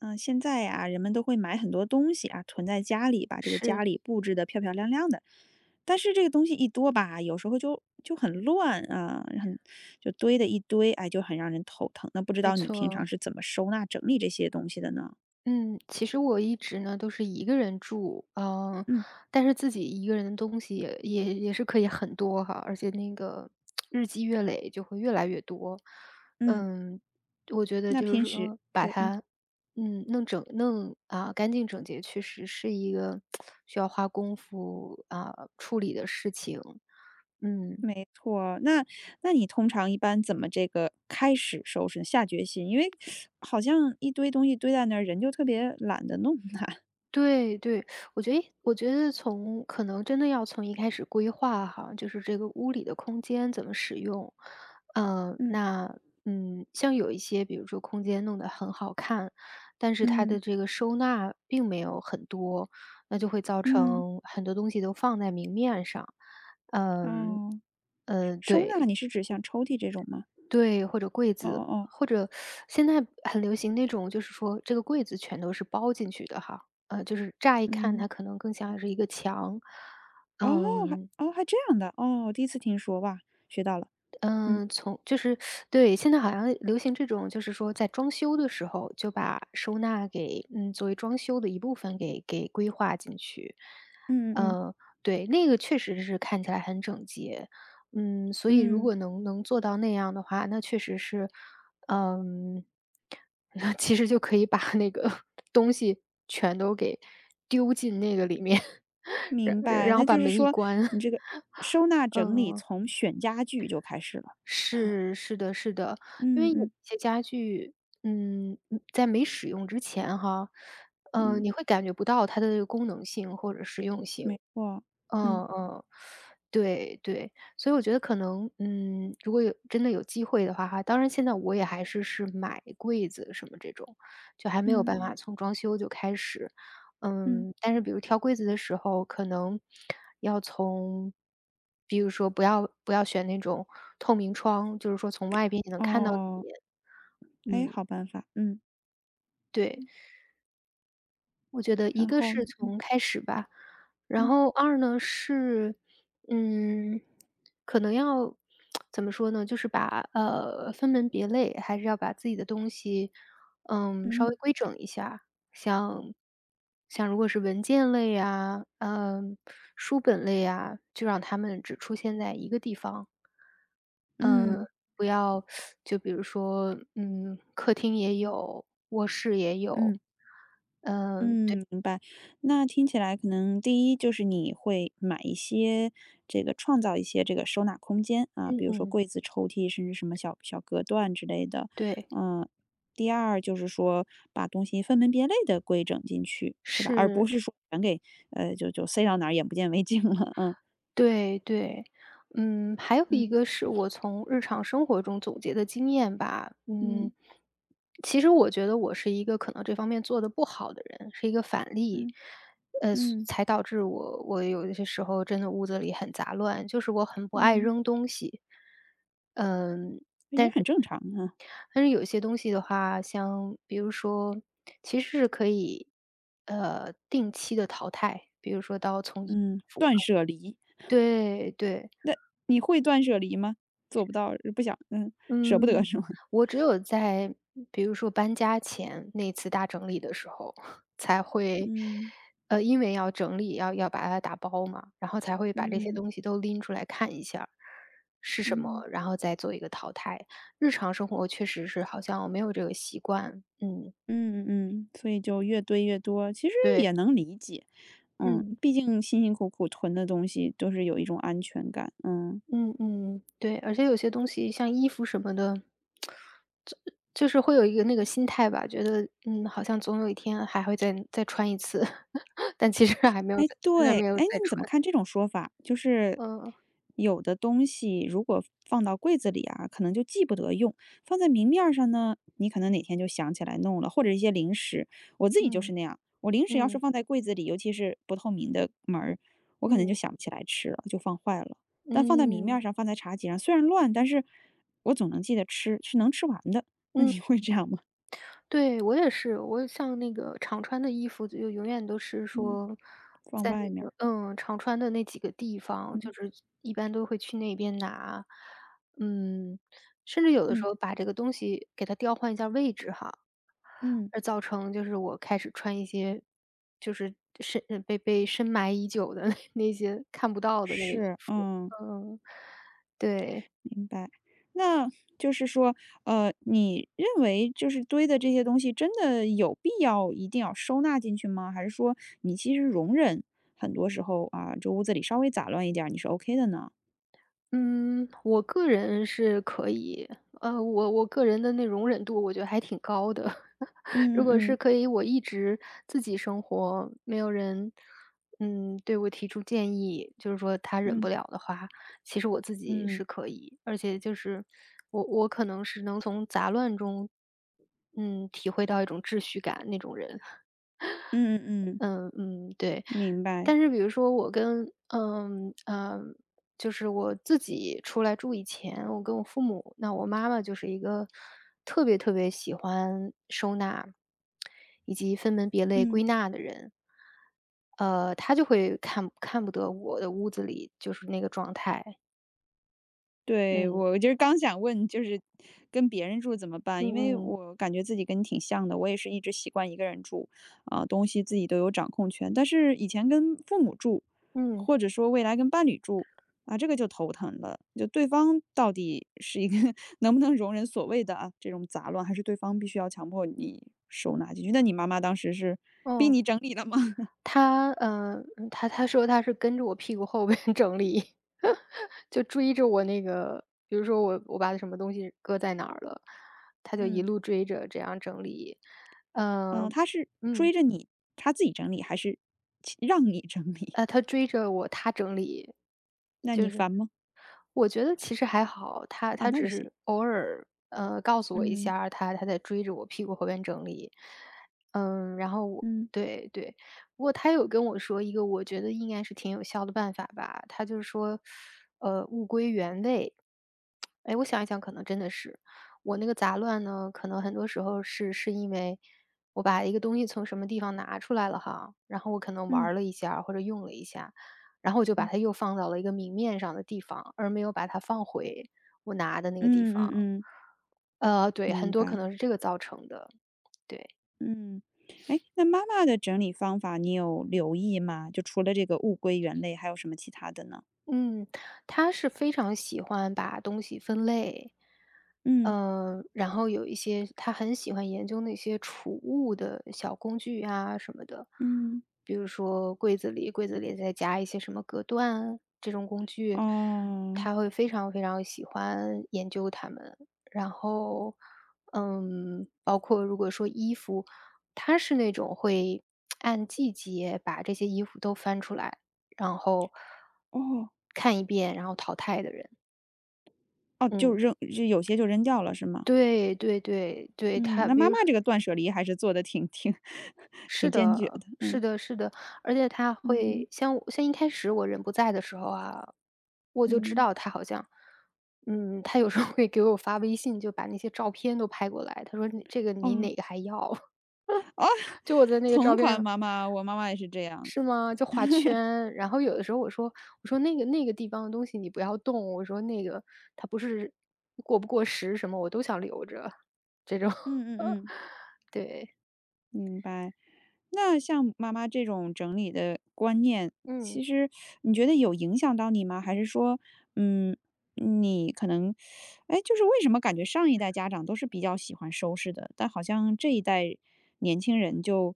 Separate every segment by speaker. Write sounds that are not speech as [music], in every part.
Speaker 1: 嗯，现在呀，人们都会买很多东西啊，囤在家里，把这个
Speaker 2: 是，
Speaker 1: 家里布置得漂漂亮亮的。但是这个东西一多吧，有时候就很乱啊，很就堆的一堆，哎，就很让人头疼。那不知
Speaker 2: 没
Speaker 1: 道你
Speaker 2: 错
Speaker 1: 平常
Speaker 2: 哦。
Speaker 1: 是怎么收纳整理这些东西的呢？
Speaker 2: 嗯，其实我一直呢都是一个人住，
Speaker 1: 嗯
Speaker 2: 但是自己一个人的东西也是可以很多哈，而且那个日积月累就会越来越多。
Speaker 1: 嗯，
Speaker 2: 嗯，我觉得
Speaker 1: 那
Speaker 2: 就
Speaker 1: 平
Speaker 2: 是
Speaker 1: 时
Speaker 2: 说把
Speaker 1: 对，嗯，
Speaker 2: 它，弄啊，干净整洁，确实是一个 [tsk] 需要花功夫啊处理的事情。嗯，
Speaker 1: 没错。那那你通常一般怎么这个开始收拾，下决心？因为好像一堆东西堆在那儿，人就特别懒得弄它。
Speaker 2: 对对，我觉得可能真的要从一开始规划哈，就是这个屋里的空间怎么使用。嗯，
Speaker 1: [laughs] 嗯
Speaker 2: 那像有一些比如说空间弄得很好看，但是它的
Speaker 1: 嗯
Speaker 2: 这个收纳并没有很多，那就会造
Speaker 1: 嗯，
Speaker 2: 成很多东西都放在明面上。呃嗯，
Speaker 1: 哦。收纳
Speaker 2: 对。
Speaker 1: 你是指像抽屉这种吗？
Speaker 2: 对，或者柜
Speaker 1: 哦哦
Speaker 2: 子，
Speaker 1: 哦，
Speaker 2: 或者现在很流行那种，就是说这个柜子全都是包进去的哈，就是乍一看
Speaker 1: 嗯，
Speaker 2: 它可能更像是一个墙，
Speaker 1: 哦，还
Speaker 2: 嗯，
Speaker 1: 哦还这样的，哦，我第一次听说，哇，学到了，嗯
Speaker 2: 嗯，从就是对，现在好像流行这种，就是说在装修的时候就把收纳给作为装修的一部分给规划进去。
Speaker 1: 嗯嗯
Speaker 2: 呃，对，那个确实是看起来很整洁。所以如
Speaker 1: 嗯，
Speaker 2: 果能做到那样的话，那确实是，嗯，[laughs] 那其实就可以把那个 [laughs] 东西全都给丢进那个里面，[laughs] 然
Speaker 1: 明白，
Speaker 2: 然
Speaker 1: 那
Speaker 2: 后把
Speaker 1: 就是
Speaker 2: 门一
Speaker 1: 说
Speaker 2: 关。[laughs]
Speaker 1: 你这个收纳整理
Speaker 2: 嗯
Speaker 1: 从选家具就开始了，
Speaker 2: 是是的是的，因
Speaker 1: 嗯
Speaker 2: 为有一
Speaker 1: 嗯
Speaker 2: 些家具，在没使用之前哈，
Speaker 1: 嗯，
Speaker 2: 你会感觉不到它的功能性或者实用性。
Speaker 1: 没错，嗯
Speaker 2: 嗯嗯，对对，所以我觉得可能，如果真的有机会的话哈，当然现在我也还是买柜子什么这种，就还没有
Speaker 1: 嗯
Speaker 2: 办法从装修就开始。
Speaker 1: 嗯，
Speaker 2: 但是比如挑柜子的时候，可能要从比如说不要选那种透明窗，就是说从外边你能看到里
Speaker 1: 哦，
Speaker 2: 面。
Speaker 1: 哎，
Speaker 2: 嗯，
Speaker 1: 好办法，嗯，
Speaker 2: 对。我觉得一
Speaker 1: 然
Speaker 2: 个
Speaker 1: 后
Speaker 2: 是
Speaker 1: 呢嗯
Speaker 2: 从开始吧，然
Speaker 1: 嗯
Speaker 2: 后二呢是，嗯，可能要怎么说呢，就是把分门别类，还是要把自己的东西，稍
Speaker 1: 嗯
Speaker 2: 微规整一下。像像如果是文件类呀，书本类呀，就让他们只出现在一个地方。嗯，呃
Speaker 1: 嗯
Speaker 2: 不要就比如说，客厅也有，卧室也有。
Speaker 1: 嗯。嗯，明白。那听起来可能第一就是你会买一些这个创造一些这个收纳空间啊，
Speaker 2: 嗯
Speaker 1: 比如说
Speaker 2: 嗯，
Speaker 1: 柜子、抽屉，甚至什么小小隔断之类的。
Speaker 2: 对，
Speaker 1: 嗯，第二就是说把东西分门别类的规整进去，是吧？而不
Speaker 2: 是，
Speaker 1: 是说全给就塞到哪儿眼不见为净了。[laughs] 嗯
Speaker 2: 对对。还有
Speaker 1: 嗯
Speaker 2: 一个是我从日常生活中总结的经验吧。嗯，
Speaker 1: 嗯
Speaker 2: 其实我觉得我是一个可能这方面做的不好的人，是一个反例，
Speaker 1: 嗯
Speaker 2: 所
Speaker 1: 嗯
Speaker 2: 才导致我有一些时候真的屋子里很杂乱，就是我很不爱
Speaker 1: 嗯，
Speaker 2: 扔东西。嗯，
Speaker 1: 也很正常啊。
Speaker 2: 但是有些东西的话，像比如说，其实是可以，定期的淘汰，比如说到从
Speaker 1: 嗯，断舍离，
Speaker 2: 对对，
Speaker 1: 你会断舍离吗？做不到，不想，嗯，舍不得
Speaker 2: 嗯，
Speaker 1: 是吗？
Speaker 2: 我只有在比如说搬家前那次大整理的时候，[laughs] 才会，
Speaker 1: 嗯。
Speaker 2: 因为要整理，要把它打包嘛，然后才会把这些
Speaker 1: 嗯，
Speaker 2: 东西都拎出来看一下儿是什
Speaker 1: 嗯，
Speaker 2: 么，然后再做一个淘汰。日常生活确实是好像我没有这个习惯，
Speaker 1: 嗯嗯，所以就越堆越多，其实
Speaker 2: 对，
Speaker 1: 也能理解。嗯，
Speaker 2: 嗯
Speaker 1: 毕竟辛辛苦苦囤的东西都是有一种安全感，嗯。
Speaker 2: 嗯嗯，对，而且有些东西像衣服什么的，就是会有一个那个心态吧，觉得好像总有一天还会再穿一次。但其实还没有
Speaker 1: 哎，对，哎，那
Speaker 2: 再
Speaker 1: 你怎么
Speaker 2: 穿。
Speaker 1: 看这种说法？就是
Speaker 2: 嗯，
Speaker 1: 有的东西如果放到柜子里啊，可能就记不得用；放在明面儿上呢，你可能哪天就想起来弄了，或者一些零食。我自己就是
Speaker 2: 嗯，
Speaker 1: 那样，我零食要是
Speaker 2: 嗯，
Speaker 1: 放在柜子里，尤其是不透明的门儿，我可能就
Speaker 2: 嗯，
Speaker 1: 想不起来吃了，就放坏了。但放在明面儿
Speaker 2: 嗯，
Speaker 1: 上，放在茶几上，虽然乱，但是我总能记得吃，是能吃完的。那
Speaker 2: 嗯，
Speaker 1: 你会这样吗？
Speaker 2: 对，我也是，我像那个常穿的衣服就永远都是
Speaker 1: 嗯，
Speaker 2: 说
Speaker 1: 放
Speaker 2: 在
Speaker 1: 外面
Speaker 2: 那
Speaker 1: 儿，
Speaker 2: 个常穿的那几个地方，
Speaker 1: 嗯
Speaker 2: 就是一般都会去那边拿。嗯，甚至有的时
Speaker 1: 嗯
Speaker 2: 候把这个东西给它调换一下位置哈。
Speaker 1: 嗯，
Speaker 2: 而造成就是我开始穿一些，就是被深埋已久的 [laughs] 那些看不到的那个衣
Speaker 1: 是，
Speaker 2: 服，
Speaker 1: 嗯。
Speaker 2: 嗯，对。
Speaker 1: 明白，那就是说，你认为就是堆的这些东西，真的有必要一定要收纳进去吗？还是说你其实容忍很多时候啊，这屋子里稍微杂乱一点儿，你是 OK 的呢？
Speaker 2: 嗯，我个人是可以，我个人的那容忍度我觉得还挺高的。[laughs] 如
Speaker 1: 嗯
Speaker 2: 果是
Speaker 1: 嗯
Speaker 2: 可以我一直自己生活，没有人，对我提出建议，就是说他忍
Speaker 1: 嗯
Speaker 2: 不了的话，其实我自己
Speaker 1: 嗯嗯
Speaker 2: 是可以，而且就是我可能是能从杂乱中，体会到一种秩序感那种人。
Speaker 1: 嗯嗯嗯，
Speaker 2: 嗯嗯，对。
Speaker 1: 明白，
Speaker 2: 但是比如说我跟就是我自己出来住以前，我跟我父母那我妈妈就是一个特别特别喜欢收纳，以及分门别类
Speaker 1: 嗯。
Speaker 2: 归纳的人。她就会看不得我的屋子里就是那个状态。
Speaker 1: 对，
Speaker 2: 嗯，
Speaker 1: 我就是刚想问，就是跟别人住怎么办？因
Speaker 2: 嗯
Speaker 1: 为
Speaker 2: 嗯，
Speaker 1: 我感觉自己跟你挺像的，我也是一直习惯一个人住，啊，东西自己都有掌控权。但是以前跟父母住，
Speaker 2: 嗯，
Speaker 1: 或者说未来跟伴侣住，啊，这个就头疼了。就对方到底是一个 [laughs] 能不能容忍所谓的啊这种杂乱，还是对方必须要强迫你收纳进去？那你妈妈当时是逼
Speaker 2: 哦。
Speaker 1: 你整理了吗？[laughs]
Speaker 2: 他说他是跟着我屁股后边整理，[laughs] 就追着我那个比如说我把什么东西搁在哪儿了，他就一
Speaker 1: 嗯
Speaker 2: 路追着这样整理。
Speaker 1: 嗯，
Speaker 2: 嗯
Speaker 1: 她是追
Speaker 2: 嗯，
Speaker 1: 着你，她自己整理，还是其让你整理？
Speaker 2: 啊，他追着我，他整理，
Speaker 1: [laughs] 那
Speaker 2: 就
Speaker 1: 你
Speaker 2: 是
Speaker 1: 烦吗？
Speaker 2: 我觉得其实还好，他
Speaker 1: 啊，
Speaker 2: 他
Speaker 1: 那
Speaker 2: 只
Speaker 1: 就行。
Speaker 2: 是偶尔，告诉我一
Speaker 1: 嗯
Speaker 2: 下儿他在追着我屁股后边整理。然后
Speaker 1: 嗯
Speaker 2: 对对，不过他有跟我说一个我觉得应该是挺有效的办法吧，他就是说，物归原位。哎，我想一想，可能真的是我那个杂乱呢，可能很多时候是因为我把一个东西从什么地方拿出来了哈，然后我可能玩
Speaker 1: 嗯
Speaker 2: 儿了一下儿或者用了一下，然后我就把
Speaker 1: 嗯
Speaker 2: 它又放到了一个明面上的地方，而没有把它放回我拿的那个地
Speaker 1: 嗯
Speaker 2: 方。
Speaker 1: 嗯嗯，
Speaker 2: 对，很
Speaker 1: 明
Speaker 2: 多可
Speaker 1: 白。
Speaker 2: 能是这个造成的，对。
Speaker 1: 嗯，哎，那妈妈的整理方法你有留意吗？就除了这个物归原类，还有什么其他的呢？
Speaker 2: 嗯，他是非常喜欢把东西分类，
Speaker 1: 嗯
Speaker 2: 然后有一些他很喜欢研究那些储物的小工具啊什么的，
Speaker 1: 嗯，
Speaker 2: 比如说柜子里再加一些什么隔断这种工具，
Speaker 1: 哦
Speaker 2: 他会非常非常喜欢研究它们。然后，包括如果说衣服，他是那种会 [tsk] 按季节把这些衣服都翻出来。然后
Speaker 1: 哦
Speaker 2: 看一遍，然后淘汰的人。
Speaker 1: 哦，就
Speaker 2: 嗯。
Speaker 1: 扔，就有些就扔掉了是吗？
Speaker 2: 对对对对，
Speaker 1: 嗯，
Speaker 2: 他
Speaker 1: 那
Speaker 2: 比
Speaker 1: 妈
Speaker 2: 如
Speaker 1: 妈
Speaker 2: 说
Speaker 1: 这个断舍离还是做的挺挺 [laughs] 挺
Speaker 2: 是
Speaker 1: 坚决
Speaker 2: 的
Speaker 1: 的。嗯
Speaker 2: 是的是的，而且他
Speaker 1: 嗯
Speaker 2: 会像一开始我人不在的时候啊，我就知
Speaker 1: 嗯，
Speaker 2: 道他好像他有时候会给我发微信，就把那些照片都拍过来，他说：“你这个你
Speaker 1: 哦
Speaker 2: 哪个还要？”
Speaker 1: 哦，
Speaker 2: [laughs] 就
Speaker 1: [laughs]
Speaker 2: 我在那个
Speaker 1: 同
Speaker 2: 照片
Speaker 1: 款
Speaker 2: 上
Speaker 1: 妈妈，我妈妈也是这样。
Speaker 2: 是吗？就画圈，然后有的时候我说：那个地方的东西你不要动。”我说：“那个它不是过不过时什么，我都想留着。”这种。
Speaker 1: 嗯嗯嗯，
Speaker 2: [laughs] 对，
Speaker 1: 明白。那像妈妈这种整理的观念，
Speaker 2: 嗯，
Speaker 1: 其实你觉得有影响到你吗？还是说，嗯，你可能，哎，就是为什么感觉上一代家长都是比较喜欢收拾的，但好像这一代年轻人就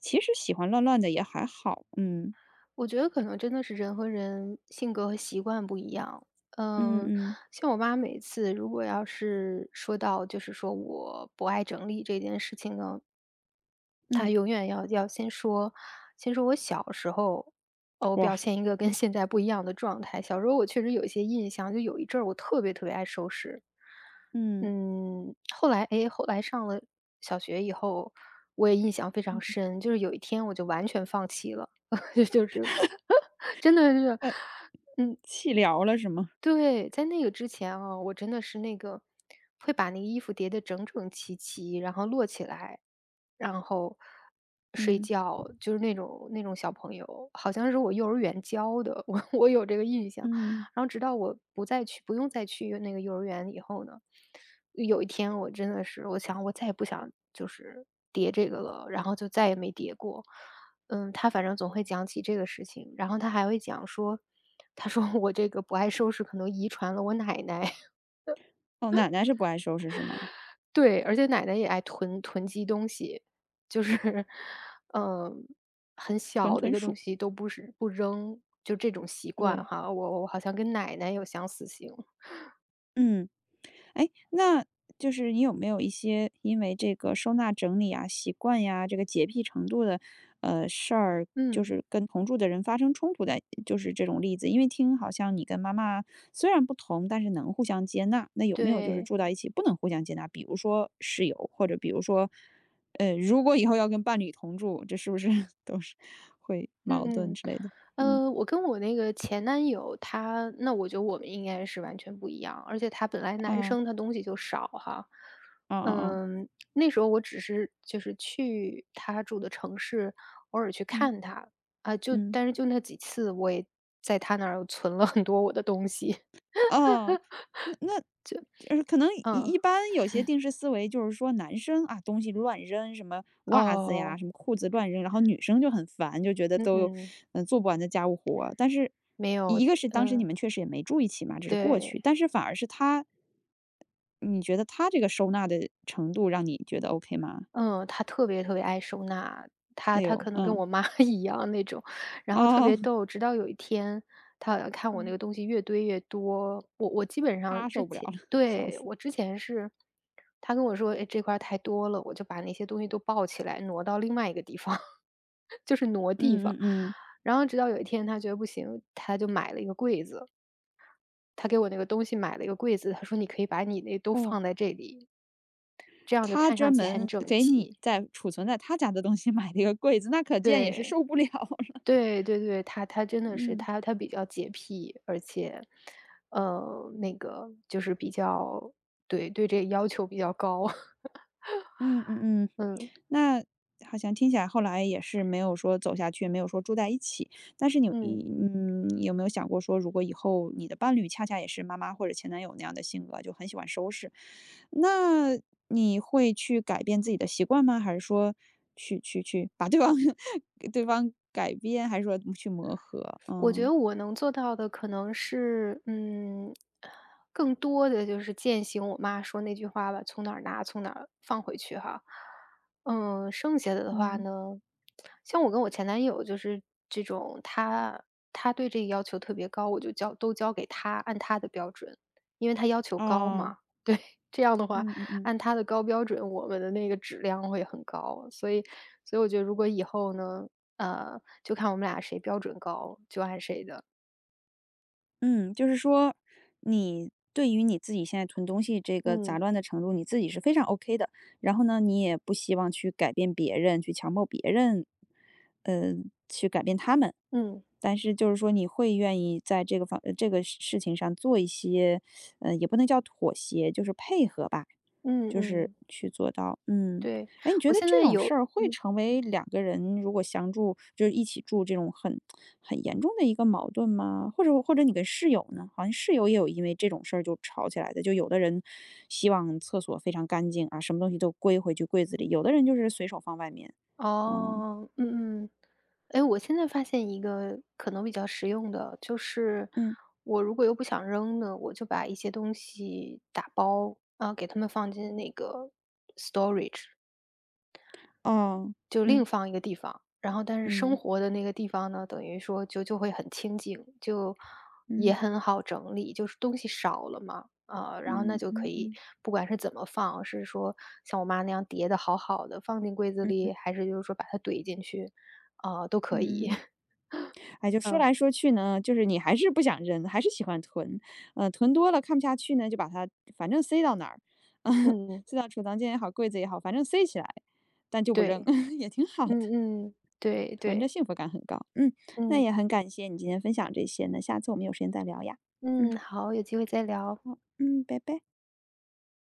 Speaker 1: 其实喜欢乱乱的也还好，嗯
Speaker 2: 我觉得可能真的是人和人性格和习惯不一样。
Speaker 1: 嗯
Speaker 2: 嗯，
Speaker 1: 嗯
Speaker 2: 像我妈每次如果要是说到就是说我不爱整理这件事情呢他
Speaker 1: 嗯，
Speaker 2: 永远要先说我小时候，哦，我
Speaker 1: 哇，
Speaker 2: 表现一个跟现在不一样的状态。小时候我确实有一些印象，就有一阵儿我特别特别爱收拾。
Speaker 1: 嗯，
Speaker 2: 后来诶，后来上了小学以后，我也印象非
Speaker 1: 嗯
Speaker 2: 常深，就是有一天我就完全放弃了，[laughs] 就是 [laughs] 真的是。
Speaker 1: 呃，气聊了是吗？
Speaker 2: 对，在那个之前啊，我真的是那个会把那个衣服叠得整整齐齐，然后摞起来，然后睡
Speaker 1: 嗯
Speaker 2: 觉，就是那种小朋友，好像是我幼儿园教的，我有这个印象。
Speaker 1: 嗯，
Speaker 2: 然后直到我不再去，不用再去那个幼儿园以后呢，有一天我真的是，我想我再也不想就是叠这个了，然后就再也没叠过。他反正总会讲起这个事情，然后他还会讲说，他说我这个不爱收拾，可能遗传了我奶奶。[laughs]
Speaker 1: 哦，奶奶是不爱收拾是吗？
Speaker 2: 对，而且奶奶也爱囤积东西，就是 [laughs]，嗯，很
Speaker 1: 屯
Speaker 2: 小的
Speaker 1: 屯
Speaker 2: 一个东
Speaker 1: 鼠，
Speaker 2: 西都不扔，就这种习惯
Speaker 1: 对，
Speaker 2: 哈，我好像跟奶奶有相似性。
Speaker 1: 嗯。哎，那就是你有没有一些因为这个收纳整理啊、习惯呀、这个洁癖程度的事儿，就
Speaker 2: 嗯，
Speaker 1: 是跟同住的人发生冲突的，就是这种例子？因为听好像你跟妈妈虽然不同，但是能互相接纳。那有没有就是
Speaker 2: 对。
Speaker 1: 住到一起不能互相接纳？比如说室友，或者比如说，如果以后要跟伴侣同住，这是不是 [laughs] 都是会
Speaker 2: 嗯
Speaker 1: 矛盾
Speaker 2: 嗯，
Speaker 1: 之类的？嗯
Speaker 2: 我跟我那个前男友，那我觉得我们应该是完全不一样，而且他本来男
Speaker 1: 啊
Speaker 2: 生他东西就少哈，
Speaker 1: 啊啊啊，
Speaker 2: 嗯，那时候我只是就是去他住的城市，偶尔去看
Speaker 1: 嗯
Speaker 2: 他啊，
Speaker 1: 嗯。
Speaker 2: 但是就那几次，我也在他那儿存了很多我的东西，
Speaker 1: 哦，那那可能一
Speaker 2: 嗯，
Speaker 1: 一般有些定式思维就是说男生啊，东西乱扔，什么袜子呀，
Speaker 2: 哦，
Speaker 1: 什么裤子乱扔，然后女生就很烦，就觉得
Speaker 2: 嗯
Speaker 1: 都有
Speaker 2: 嗯，
Speaker 1: 嗯做不完的家务活。但是
Speaker 2: 没有，
Speaker 1: 一个是当时你
Speaker 2: 嗯，
Speaker 1: 们确实也没住一起嘛，只是过去，
Speaker 2: 对，
Speaker 1: 但是反而是他，你觉得他这个收纳的程度让你觉得 OK 吗？
Speaker 2: 嗯，他特别特别爱收纳，
Speaker 1: 哎
Speaker 2: 他
Speaker 1: 呦，
Speaker 2: 可能跟
Speaker 1: 嗯，
Speaker 2: 我妈 [laughs] 一样那种，然后特
Speaker 1: 哦，
Speaker 2: 别逗。直到有一天，他好像看我那
Speaker 1: 嗯，
Speaker 2: 个东西越堆越多，我基本上
Speaker 1: 他
Speaker 2: 之
Speaker 1: 受不了
Speaker 2: 前
Speaker 1: 了，[laughs] 笑
Speaker 2: 对
Speaker 1: 死，
Speaker 2: 我之前是，他跟我说，哎，这块儿太多了，我就把那些东西都抱起来挪到另外一个地方，[laughs] 就是挪地方。
Speaker 1: 嗯嗯嗯，
Speaker 2: 然后直到有一天，他觉得不行，他就买了一个柜子，他给我那个东西买了一个柜子，他说你可以把你那都
Speaker 1: 哦。
Speaker 2: 放在这里，这样就
Speaker 1: 他
Speaker 2: 看上
Speaker 1: 专
Speaker 2: 去很
Speaker 1: 门
Speaker 2: 整
Speaker 1: 给你
Speaker 2: 齐。
Speaker 1: 在储存在他家的东西 [laughs] 买了一个柜子，那可见也是
Speaker 2: 对，
Speaker 1: 受不了了。
Speaker 2: 对对对，他真的是
Speaker 1: 嗯
Speaker 2: 他比较洁癖，而且，那个就是比较对，对这个要求比较高，[laughs]
Speaker 1: 嗯嗯嗯。
Speaker 2: 嗯，
Speaker 1: 那好像听起来后来也是没有说走下去，没有说住在一起。但是你
Speaker 2: 嗯。
Speaker 1: 你嗯，有没有想过说，如果以后你的伴侣恰恰也是妈妈或者前男友那样的性格，就很喜欢收拾，那你会去改变自己的习惯吗？还是说去把对方 [laughs] 给对方改变，还是说去磨合？
Speaker 2: 我觉
Speaker 1: 嗯，
Speaker 2: 得我能做到的可能是，更多的就是践行我妈说那句话吧，从哪儿拿从哪儿放回去哈。剩下的话
Speaker 1: 嗯。
Speaker 2: 呢，像我跟我前男友就是这种，他对这个要求特别高，我就交都交给他，按他的标准，因为他要求高
Speaker 1: 哦。
Speaker 2: 嘛。[laughs] 对，这样的话，
Speaker 1: 嗯嗯嗯，
Speaker 2: 按他的高标准，我们的那个质量会很高。所以我觉得如果以后呢，就看我们俩谁标准高，就按谁的。
Speaker 1: 嗯，就是说，你对于你自己现在囤东西这个杂
Speaker 2: 嗯，
Speaker 1: 乱的程度，你自己是非常 OK 的。然后呢，你也不希望去改变别人，去强迫别人，呃，去改变他们。
Speaker 2: 嗯，
Speaker 1: 但是就是说，你会愿意在这个这个事情上做一些，也不能叫妥协，就是配合吧，
Speaker 2: 嗯
Speaker 1: 就是
Speaker 2: 嗯，
Speaker 1: 去做到。嗯。
Speaker 2: 对，
Speaker 1: 哎，你觉
Speaker 2: 我
Speaker 1: 得
Speaker 2: 现
Speaker 1: 这
Speaker 2: 在
Speaker 1: 种事
Speaker 2: 有
Speaker 1: 儿会成为两个人如果相住，就是一起住这种很严重的一个矛盾吗？或者你跟室友呢？好像室友也有因为这种事儿就吵起来的，就有的人希望厕所非常干净啊，什么东西都归回去柜子里，有的人就是随手放外面。啊，
Speaker 2: 哦，嗯嗯。哎，我现在发现一个可能比较实用的，就是
Speaker 1: 嗯，
Speaker 2: 我如果又不想扔呢，我就把一些东西打包，啊，给他们放进那个
Speaker 1: 哦，
Speaker 2: 就
Speaker 1: 嗯
Speaker 2: 另放一个地方，然后但是生
Speaker 1: 嗯
Speaker 2: 活的那个地方呢，等于说就会很清静，就也
Speaker 1: 嗯
Speaker 2: 很好整理，就是东西少了嘛，啊，然后
Speaker 1: 嗯
Speaker 2: 那
Speaker 1: 嗯
Speaker 2: 就可
Speaker 1: 嗯
Speaker 2: 以
Speaker 1: 嗯
Speaker 2: 不管是怎么放，是说像我妈那样叠的好好的放进柜子里，还是就是说把它怼进去，啊，都可以。
Speaker 1: 嗯。
Speaker 2: [laughs]
Speaker 1: 哎，就说
Speaker 2: 嗯，
Speaker 1: 来说去呢，就是你还是不想扔，还是喜欢囤，呃，囤多了看不下去呢，就把它反正塞到哪儿，[laughs]
Speaker 2: 嗯，
Speaker 1: 塞到储藏间也好，柜子也好，反正塞起来，但就不扔，
Speaker 2: 对，
Speaker 1: [laughs] 也挺好的，
Speaker 2: 嗯嗯，
Speaker 1: [laughs]
Speaker 2: 对
Speaker 1: 囤着
Speaker 2: 对，
Speaker 1: 幸福感很高。嗯，那
Speaker 2: 嗯，
Speaker 1: 也很感谢你今天分享这些呢，下次我们有时间再聊呀。嗯，
Speaker 2: 嗯，好，有机会再聊。
Speaker 1: 好，嗯，拜拜。